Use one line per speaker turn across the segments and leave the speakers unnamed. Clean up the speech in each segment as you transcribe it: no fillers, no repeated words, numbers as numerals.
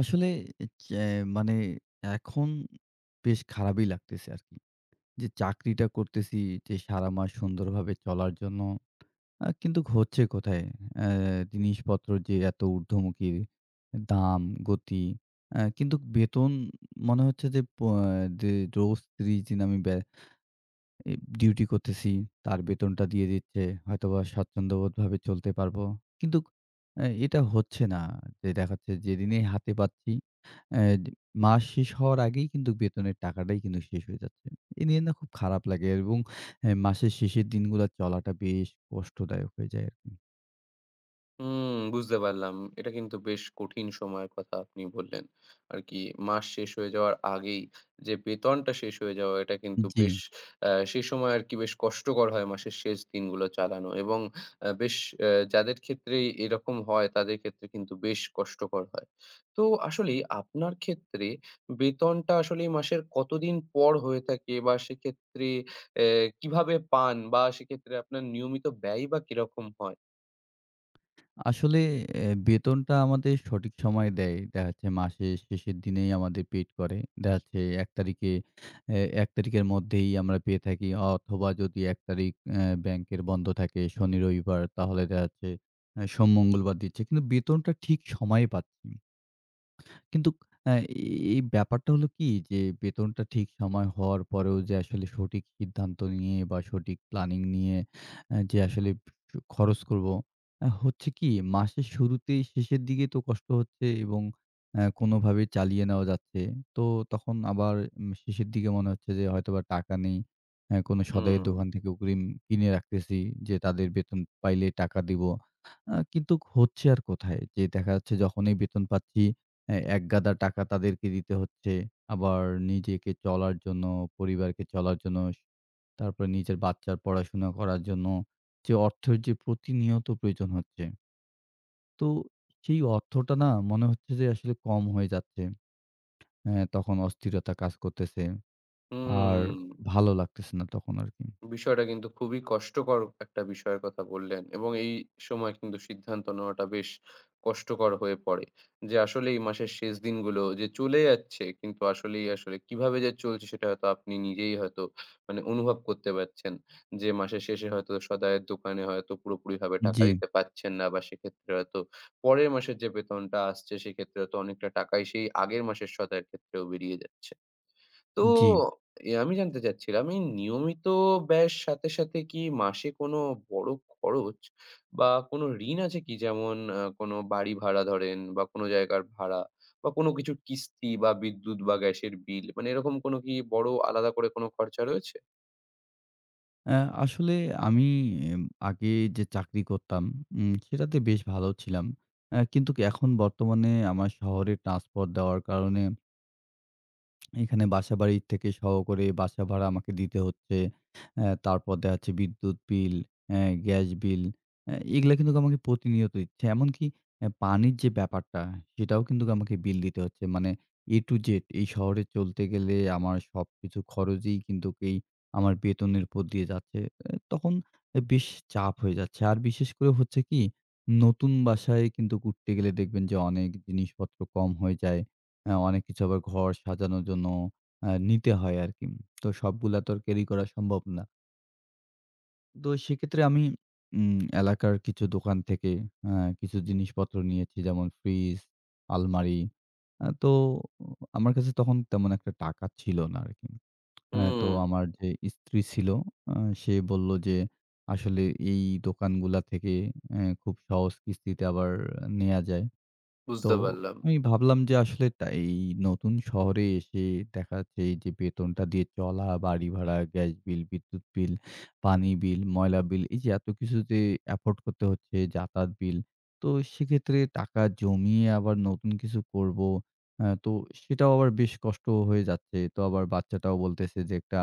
আসলে চ্যা মানে এখন বেশ খারাপই লাগতেছে আরকি। যে চাকরিটা করতেছি যে সারা মাস সুন্দরভাবে চলার জন্য। কিন্তু হচ্ছে কোথায়? অ্যা জিনিসপত্র যে এত ঊর্ধ্বমুখী দাম, গতি। কিন্তু বেতন মনে হচ্ছে যে যে রোজ ৩০ দিন আমি ব্যা এ ডিউটি করতেছি, তার বেতনটা দিয়ে দিচ্ছে। হয়তোবা স্বাচ্ছন্দ্যবোধভাবে চলতে পারবো। কিন্তু এটা হচ্ছে না। যে দেখাচ্ছে যেদিনেই হাতে পাচ্ছি, অ্যা দ মাস শেষ হওয়ার আগেই কিন্তু বেতনের টাকাটাই কিন্তু শেষ হয়ে যাচ্ছে। এ নিয়ে না খুব খারাপ লাগে এবং মাসের শেষের দিনগুলা চলাটা বেশ কষ্টদায়ক হয়ে যায় আরকি।
হুম, বুঝতে পারলাম। এটা কিন্তু বেশ কঠিন সময়ের কথা আপনি বললেন। আর কি মাস শেষ হয়ে যাওয়ার আগেই যে বেতনটা শেষ হয়ে যাওয়া এটা কিন্তু
জি।
বেশ সেই সময় আর কি বেশ কষ্টকর হয় মাসের শেষ দিনগুলো চালানো, এবং বেশ আ যাদের ক্ষেত্রেই এরকম হয় তাদের ক্ষেত্রে কিন্তু বেশ কষ্টকর হয়। তো আসলেই আপনার ক্ষেত্রে বেতনটা আসলেই মাসের কতদিন পর হয়ে থাকে, বা সেক্ষেত্রে অ্যা কিভাবে পান, বা সেক্ষেত্রে আপনার নিয়মিত ব্যয় বা কিরকম হয়?
আসলে বেতনটা আমাদের সঠিক সময় দেয়। দেখা যাচ্ছে মাসের শেষের দিনেই আমাদের পেইড করে। দেখা যাচ্ছে ১ তারিখে, ১ তারিখের মধ্যেই আমরা পেয়ে থাকি। অথবা যদি ১ তারিখ ব্যাংকের বন্ধ থাকে শনি, রবিবার, তাহলে দেখা যাচ্ছে সোম, মঙ্গলবার দিচ্ছে। কিন্তু বেতনটা ঠিক সময়ে পাচ্ছি। কিন্তু আ এই ব্যাপারটা হলো কি, যে বেতনটা ঠিক সময় হওয়ার পরেও যে আসলে সঠিক সিদ্ধান্ত নিয়ে বা সঠিক প্ল্যানিং নিয়ে যে আসলে খরচ করব। হচ্ছে কি, মাসের শুরুতেই শেষের দিকে তো কষ্ট হচ্ছে এবং কোনোভাবে চালিয়ে নেওয়া যাচ্ছে। তো তখন আবার শেষের দিকে মনে হচ্ছে যে হয়তোবা টাকা নেই। কোনো সদাইয়ের
হুম।
দোকান থেকে অগ্রিম কিনে রাখতেছি যে তাদের বেতন পাইলে টাকা দিব। কিন্তু হচ্ছে আর কোথায়? যে দেখা যাচ্ছে যখনই বেতন পাচ্ছি, হ্যাঁ, একগাদা টাকা তাদেরকে দিতে হচ্ছে। আবার নিজেকে চলার জন্য, পরিবারকে চলার জন্য, তারপরে নিজের বাচ্চার পড়াশোনা করার জন্য, যে অর্থের যে প্রতিনিয়ত প্রয়োজন হচ্ছে। তো সেই অর্থটা না মনে হচ্ছে যে আসলে কম হয়ে যাচ্ছে। হ্যাঁ, তখন অস্থিরতা কাজ করতেছে। আর
হুম,
ভালো লাগতেছে না তখন আরকি।
বিষয়টা কিন্তু খুবই কষ্টকর একটা বিষয়ের কথা বললেন, এবং এই সময় কিন্তু সিদ্ধান্ত নেওয়াটা বেশ কষ্টকর হয়ে পড়ে। যে আসলে এই মাসের শেষ দিনগুলো যে চলে যাচ্ছে, কিন্তু আসলেই আসলে কিভাবে যে চলছে সেটা হয়তো আপনি নিজেই হয়তো মানে অনুভব করতে পারছেন। যে মাসের শেষে হয়তো সদাইয়ের দোকানে হয়তো পুরোপুরিভাবে টাকা
জি,
দিতে পারছেন না, বা সেক্ষেত্রে হয়তো পরের মাসের যে বেতনটা আসছে সেক্ষেত্রে হয়তো অনেকটা টাকাই সেই আগের মাসের সদাইয়ের ক্ষেত্রেও বেরিয়ে যাচ্ছে। তো
জি।
আমি জানতে চাচ্ছিলাম, এই নিয়মিত ব্যয়ের সাথে, সাথে কি মাসে কোনো বড় খরচ বা কোনো ঋণ আছে কি? যেমন কোনো বাড়ি ভাড়া ধরেন, বা কোনো জায়গার ভাড়া, বা কোনো কিছুর কিস্তি, বা বিদ্যুৎ বা গ্যাসের বিল, মানে এরকম কোনো কি বড় আলাদা করে কোনো খরচা রয়েছে?
আ আসলে আমি এম আগে যে চাকরি করতাম, সেটাতে বেশ ভালো ছিলাম। কিন্তু কি এখন বর্তমানে আমার শহরে ট্রান্সফার দেওয়ার কারণে এখানে বাসাবাড়ি থেকে সহ করে বাসা ভাড়া আমাকে দিতে হচ্ছে। তারপর দেখা যাচ্ছে বিদ্যুৎ বিল, অ্যা গ্যাস বিল, এগুলা কিন্তু আমাকে প্রতিনিয়ত দিচ্ছে। এমনকি পানির যে ব্যাপারটা, সেটাও কিন্তু আমাকে বিল দিতে হচ্ছে। মানে A to Z এই শহরে চলতে গেলে আমার সবকিছু খরচই কিন্তু এই আমার বেতনের উপর দিয়ে যাচ্ছে। তখন বেশ চাপ হয়ে যাচ্ছে। আর বিশেষ করে হচ্ছে কি, নতুন বাসায় কিন্তু উঠতে গেলে দেখবেন যে অনেক জিনিসপত্র কম হয়ে যায়। অনেক কিছু আবার ঘর সাজানোর জন্য নিতে হয় আরকি। তো সবগুলা তো আর ক্যারি করা সম্ভব না। তো সেক্ষেত্রে আমি এলাকার কিছু দোকান থেকে কিছু জিনিসপত্র নিয়েছি, যেমন ফ্রিজ, আলমারি। তো আমার কাছে তখন তেমন একটা টাকা ছিল না আরকি। তো
হুম,
আমার যে স্ত্রী ছিল, আ সে বলল যে, "আসলে এই দোকানগুলা থেকে খুব সহজ কিস্তিতে আবার নেয়া যায়।" তো
বুঝতে পারলাম।
আমি ভাবলাম যে আসলে তা এই নতুন শহরে এসে দেখা যাচ্ছে এই যে বেতনটা দিয়ে চলা, বাড়ি ভাড়া, গ্যাস বিল, বিদ্যুৎ বিল, পানি বিল, ময়লা বিল, এই যে এত কিছু যে এফোর্ড করতে হচ্ছে, যাতায়াত বিল। তো সেক্ষেত্রে টাকা জমিয়ে আবার নতুন কিছু করব। তো সেটাও আবার বেশ কষ্ট হয়ে যাচ্ছে। তো আবার বাচ্চাটাও বলতেছে যে একটা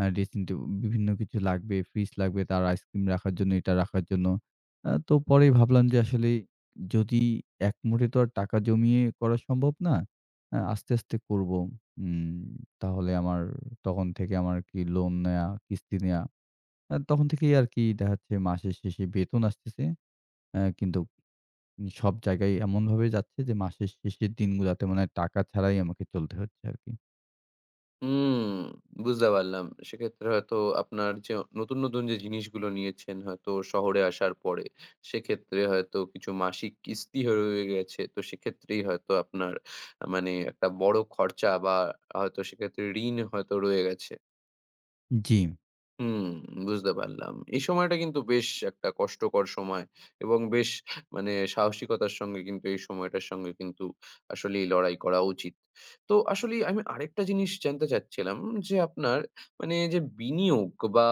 ড্রেসিং টেব বিভিন্ন কিছু লাগবে, ফ্রিজ লাগবে, তার আইসক্রিম রাখার জন্য, এটা রাখার জন্য। তো পরে ভাবলাম যে আসলে যদি একমুঠে তো আর টাকা জমিয়ে করা সম্ভব না। আস্তে, আস্তে করব। উম তাহলে আমার তখন থেকে আমার কি লোন নেয়া, কিস্তি নেয়া। তখন থেকেই আরকি দেখা যাচ্ছে মাসের শেষে বেতন আসতেছে। কিন্তু সব জায়গায় এমনভাবে যাচ্ছে যে মাসের শেষের দিনগুলাতে মনে হয় টাকা ছাড়াই আমাকে চলতে হচ্ছে আরকি।
হুম, বুঝতে পারলাম। সেক্ষেত্রে হয়তো আপনার যে নতুন, নতুন যে জিনিসগুলো নিয়েছেন হয়তো শহরে আসার পরে, সেক্ষেত্রে হয়তো কিছু মাসিক কিস্তি হয়ে রয়ে গেছে। তো সেক্ষেত্রেই হয়তো আপনার মানে একটা বড় খরচা, বা হয়তো সেক্ষেত্রে ঋণ হয়তো রয়ে গেছে।
জি।
হুম, বুঝতে পারলাম। এই সময়টা কিন্তু বেশ একটা কষ্টকর সময়, এবং বেশ মানে সাহসিকতার সঙ্গে কিন্তু এই সময়টার সঙ্গে কিন্তু আসলেই লড়াই করা উচিত। তো আসলেই আমি আরেকটা জিনিস জানতে চাচ্ছিলাম, যে আপনার মানে যে বিনিয়োগ বা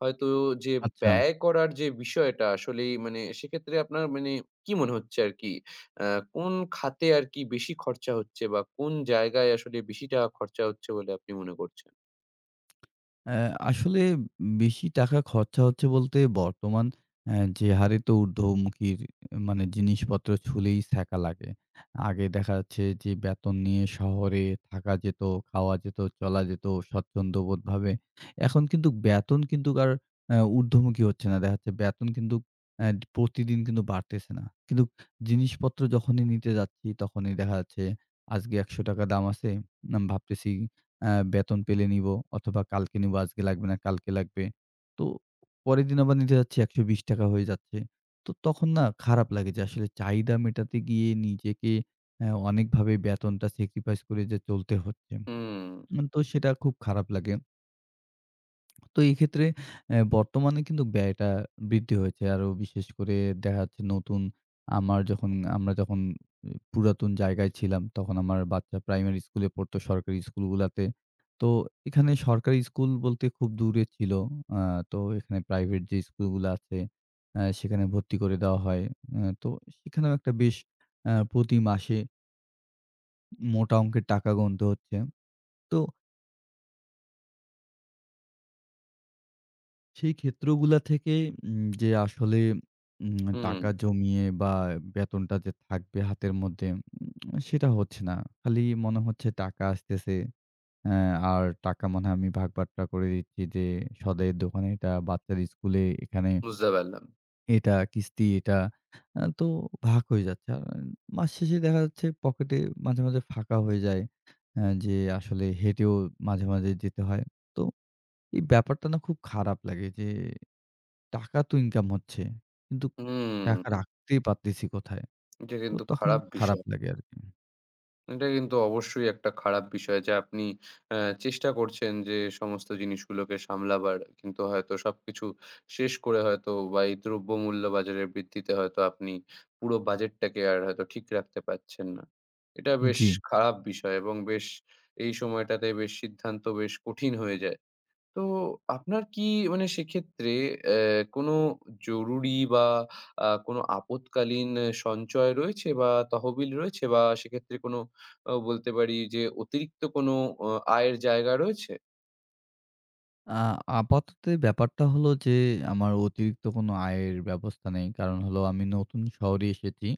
হয়তো যে
আচ্ছা।
ব্যয় করার যে বিষয়টা আসলেই মানে সেক্ষেত্রে আপনার মানে কি মনে হচ্ছে আরকি? আ কোন খাতে আরকি বেশি খরচা হচ্ছে, বা কোন জায়গায় আসলে বেশি টাকা খরচা হচ্ছে বলে আপনি মনে করছেন?
অ্যা আসলে বেশি টাকা খরচা হচ্ছে বলতে বর্তমান যে হারে তো ঊর্ধ্বমুখীর মানে জিনিসপত্র ছুলেই ছ্যাঁকা লাগে। আগে দেখা যাচ্ছে যে বেতন নিয়ে শহরে থাকা যেত, খাওয়া যেত, চলা যেত স্বচ্ছন্দবোধভাবে। এখন কিন্তু বেতন কিন্তু আর ঊর্ধ্বমুখী হচ্ছে না। দেখা যাচ্ছে বেতন কিন্তু অ্যা প্রতিদিন কিন্তু বাড়তেছে না। কিন্তু জিনিসপত্র যখনই নিতে যাচ্ছি তখনই দেখা যাচ্ছে আজকে ৳১০০ দাম আছে, ভাবতেছি বেতন পেলে নিবো অথবা কালকে নিবো, আজকে লাগবে না, কালকে লাগবে। তো পরের দিন আবার নিতে যাচ্ছি ৳১20 হয়ে যাচ্ছে। তো তখন না খারাপ লাগে যে আসলে চাহিদা মেটাতে গিয়ে নিজেকে অনেকভাবে বেতনটা স্যাক্রিফাইস করে যে চলতে হচ্ছে।
হুম,
তো সেটা খুব খারাপ লাগে। তো এই ক্ষেত্রে বর্তমানে কিন্তু ব্যয়টা বৃদ্ধি হয়েছে। আরো বিশেষ করে দেখা যাচ্ছে নতুন আমার যখন আমরা যখন পুরাতন জায়গায় ছিলাম, তখন আমার বাচ্চা প্রাইমারি স্কুলে পড়তো সরকারি স্কুলগুলাতে। তো এখানে সরকারি স্কুল বলতে খুব দূরে ছিল। আ তো এখানে প্রাইভেট যে স্কুলগুলা আছে, সেখানে ভর্তি করে দেওয়া হয়। তো সেখানেও একটা বেশ প্রতি মাসে মোটা অঙ্কের টাকা গুনতে হচ্ছে। তো সেই ক্ষেত্রগুলা থেকে যে আসলে
হুম।
টাকা জমিয়ে বা বেতনটা যে থাকবে হাতের মধ্যে, সেটা হচ্ছে না। খালি মনে হচ্ছে টাকা আসতেছে। অ্যা আর টাকা মনে হয় আমি ভাগ-বাঁটরা করে দিচ্ছি, যে সদাইয়ের দোকানে এটা, বাচ্চার স্কুলে এখানে
বুঝতে পারলাম।
এটা, কিস্তি এটা। তো ভাগ হয়ে যাচ্ছে। আর মাস শেষে দেখা যাচ্ছে পকেটে মাঝে, মাঝে ফাঁকা হয়ে যায়। যে আসলে হেঁটেও মাঝে, মাঝে যেতে হয়। তো এই ব্যাপারটা না খুব খারাপ লাগে যে টাকা তো ইনকাম হচ্ছে। কিন্তু
হুম,
টাকা রাখতেই পারতেছি কোথায়?
এটা
তো
কিন্তু
তখন
খারাপ
খারাপ
বিষয়।
লাগে আরকি।
এটা কিন্তু অবশ্যই একটা খারাপ বিষয়, যে আপনি অ্যা চেষ্টা করছেন যে সমস্ত জিনিসগুলোকে সামলাবার। কিন্তু হয়তো সবকিছু শেষ করে হয়তো বা এই দ্রব্যমূল্য বাজারের বৃদ্ধিতে হয়তো আপনি পুরো বাজেটটাকে আর হয়তো ঠিক রাখতে পারছেন না। এটা বেশ
জি।
খারাপ বিষয়, এবং বেশ এই সময়টাতে বেশ সিদ্ধান্ত বেশ কঠিন হয়ে যায়। তো আপনার কি মানে সেক্ষেত্রে অ্যা কোনো জরুরি, বা কোনো আপৎকালীন সঞ্চয় রয়েছে বা তহবিল রয়েছে? বা সেক্ষেত্রে কোনো বলতে পারি যে অতিরিক্ত কোনো অ আয়ের জায়গা রয়েছে?
আ আপাতত ব্যাপারটা হলো যে, আমার অতিরিক্ত কোনো আয়ের ব্যবস্থা নেই। কারণ হলো আমি নতুন শহরে এসেছি।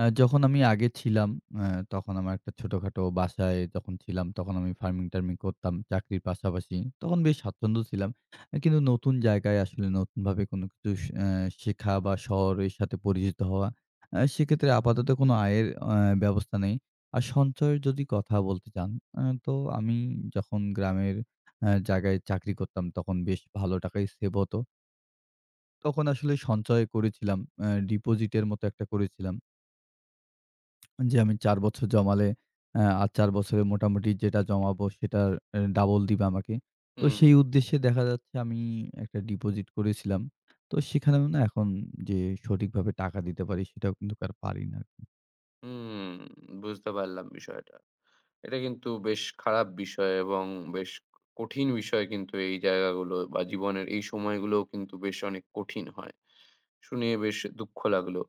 যখন আমি আগে ছিলাম, অ্যা তখন আমার একটা ছোটখাটো বাসায় যখন ছিলাম, তখন আমি ফার্মিং-টার্মিং করতাম চাকরির পাশাপাশি। তখন বেশ স্বাচ্ছন্দ্য ছিলাম। কিন্তু নতুন জায়গায় আসলে নতুনভাবে কোনো কিছু স অ্যা শেখা বা শহরের সাথে পরিচিত হওয়া, সেক্ষেত্রে আপাতত কোনো আয়ের ব্যবস্থা নেই। আর সঞ্চয়ের যদি কথা বলতে চান, তো আমি যখন গ্রামের জায়গায় চাকরি করতাম তখন বেশ ভালো টাকাই সেভ হতো। তখন আসলে সঞ্চয় করেছিলাম। ডিপোজিটের মতো একটা করেছিলাম। যে আমি ৪ বছর জমালে আর ৪ বছরে মোটামুটি যেটা জমাবো সেটার ডাবল দিবে আমাকে। তো
হুম,
সেই উদ্দেশ্যে দেখা যাচ্ছে আমি একটা ডিপোজিট করেছিলাম। তো সেখানেও না এখন যে সঠিকভাবে টাকা দিতে পারি সেটাও কিন্তু আর পারি না আরকি।
হুম, বুঝতে পারলাম বিষয়টা। এটা কিন্তু বেশ খারাপ বিষয়, এবং বেশ কঠিন বিষয়, কিন্তু এই জায়গাগুলো বা জীবনের এই সময়গুলোও কিন্তু বেশ অনেক কঠিন হয়। শুনে বেশ দুঃখ লাগলো।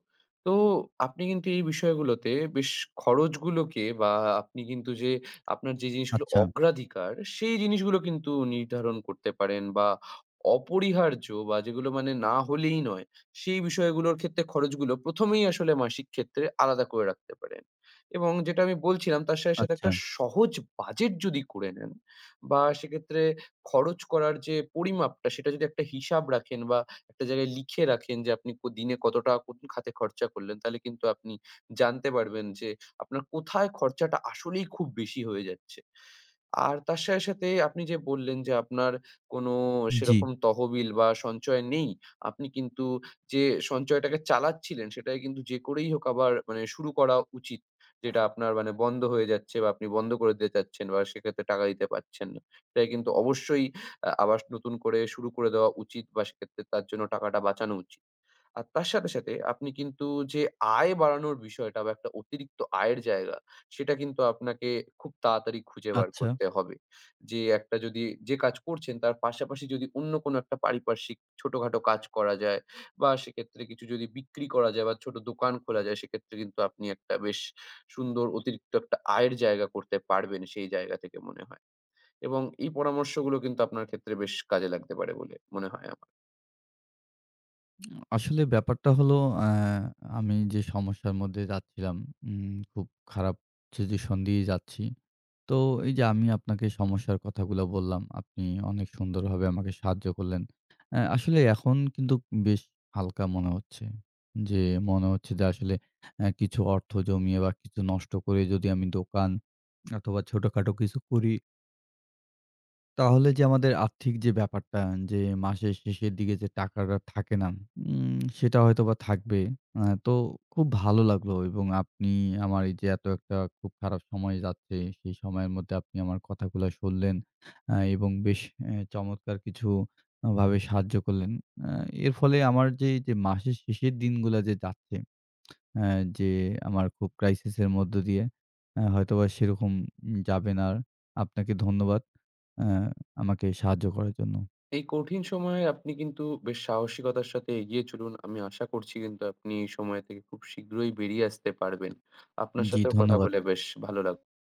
তো আপনি কিন্তু এই বিষয়গুলোতে বেশ খরচগুলোকে, বা আপনি কিন্তু যে আপনার যে জিনিসগুলো
আচ্ছা,
অগ্রাধিকার সেই জিনিসগুলো কিন্তু নির্ধারণ করতে পারেন, বা অপরিহার্য বা যেগুলো মানে না হলেই নয় সেই বিষয়গুলোর ক্ষেত্রে খরচগুলো ১ম এই আসলে মাসিক ক্ষেত্রে আলাদা করে রাখতে পারেন। এবং যেটা আমি বলছিলাম তার সাথে, সাথে
আচ্ছা।
একটা সহজ বাজেট যদি করে নেন, বা সেক্ষেত্রে খরচ করার যে পরিমাপটা সেটা যদি একটা হিসাব রাখেন, বা একটা জায়গায় লিখে রাখেন যে আপনি দিনে কত টাকা কোন খাতে খরচা করলেন, তাহলে কিন্তু আপনি জানতে পারবেন যে আপনার কোথায় খরচাটা আসলেই খুব বেশি হয়ে যাচ্ছে। আর তার সাথে, সাথে আপনি যে বললেন যে আপনার কোনো
জি,
সেরকম তহবিল বা সঞ্চয় নেই। আপনি কিন্তু যে সঞ্চয়টাকে চালাচ্ছিলেন সেটাকে কিন্তু যে করেই হোক আবার মানে শুরু করা উচিত। যেটা আপনার মানে বন্ধ হয়ে যাচ্ছে, বা আপনি বন্ধ করে দিতে চাচ্ছেন, বা সেক্ষেত্রে টাকা দিতে পারছেন না। সেটাকে কিন্তু অবশ্যই আবার নতুন করে শুরু করে দেওয়া উচিত, বা সেক্ষেত্রে তার জন্য টাকাটা বাঁচানো উচিত। আর তার সাথে, সাথে আপনি কিন্তু যে আয় বাড়ানোর বিষয়টা, বা একটা অতিরিক্ত আয়ের জায়গা, সেটা কিন্তু আপনাকে খুব তাড়াতাড়ি খুঁজে বার
আচ্ছা।
করতে হবে। যে একটা যদি যে কাজ করছেন তার পাশাপাশি যদি অন্য কোনো একটা পারিপার্শ্বিক ছোটখাটো কাজ করা যায়, বা সেক্ষেত্রে কিছু যদি বিক্রি করা যায়, বা ছোট দোকান খোলা যায়, সেক্ষেত্রে কিন্তু আপনি একটা বেশ সুন্দর অতিরিক্ত একটা আয়ের জায়গা করতে পারবেন সেই জায়গা থেকে মনে হয়। এবং এই পরামর্শগুলো কিন্তু আপনার ক্ষেত্রে বেশ কাজে লাগতে পারে বলে মনে হয় আমার।
আসলে ব্যাপারটা হলো অ্যা আমি যে সমস্যার মধ্যে যাচ্ছিলাম, খুব খারাপ সিচুয়েশন দিয়ে যাচ্ছি। তো এই যে আমি আপনাকে সমস্যার কথাগুলো বললাম, আপনি অনেক সুন্দরভাবে আমাকে সাহায্য করলেন। আসলে এখন কিন্তু বেশ হালকা মনে হচ্ছে। যে মনে হচ্ছে যে আসলে কিছু অর্থ জমিয়ে বা কিছু নষ্ট করে যদি আমি দোকান অথবা ছোটখাটো কিছু করি, তাহলে যে আমাদের আর্থিক যে ব্যাপারটা, যে মাসের শেষের দিকে যে টাকাটা থাকে না, সেটা হয়তোবা থাকবে। তো খুব ভালো লাগলো এবং আপনি আমার এই যে এত একটা খুব খারাপ সময় যাচ্ছে সেই সময়ের মধ্যে আপনি আমার কথাগুলা শুনলেন এবং বেশ চমৎকার কিছু ভাবে সাহায্য করলেন। আ এর ফলে আমার যে এই যে মাসের শেষের দিনগুলা যে যাচ্ছে, অ্যা যে আমার খুব ক্রাইসিস এর মধ্য দিয়ে হয়তোবা সেরকম যাবে না আর। আপনাকে ধন্যবাদ অ্যা আমাকে সাহায্য করার জন্য।
এই কঠিন সময়ে আপনি কিন্তু বেশ সাহসিকতার সাথে এগিয়ে চলুন। আমি আশা করছি কিন্তু আপনি এই সময় থেকে খুব শীঘ্রই বেরিয়ে আসতে পারবেন। আপনার
জি,
সাথেও কথা
ধন্যবাদ।
বলে বেশ ভালো লাগ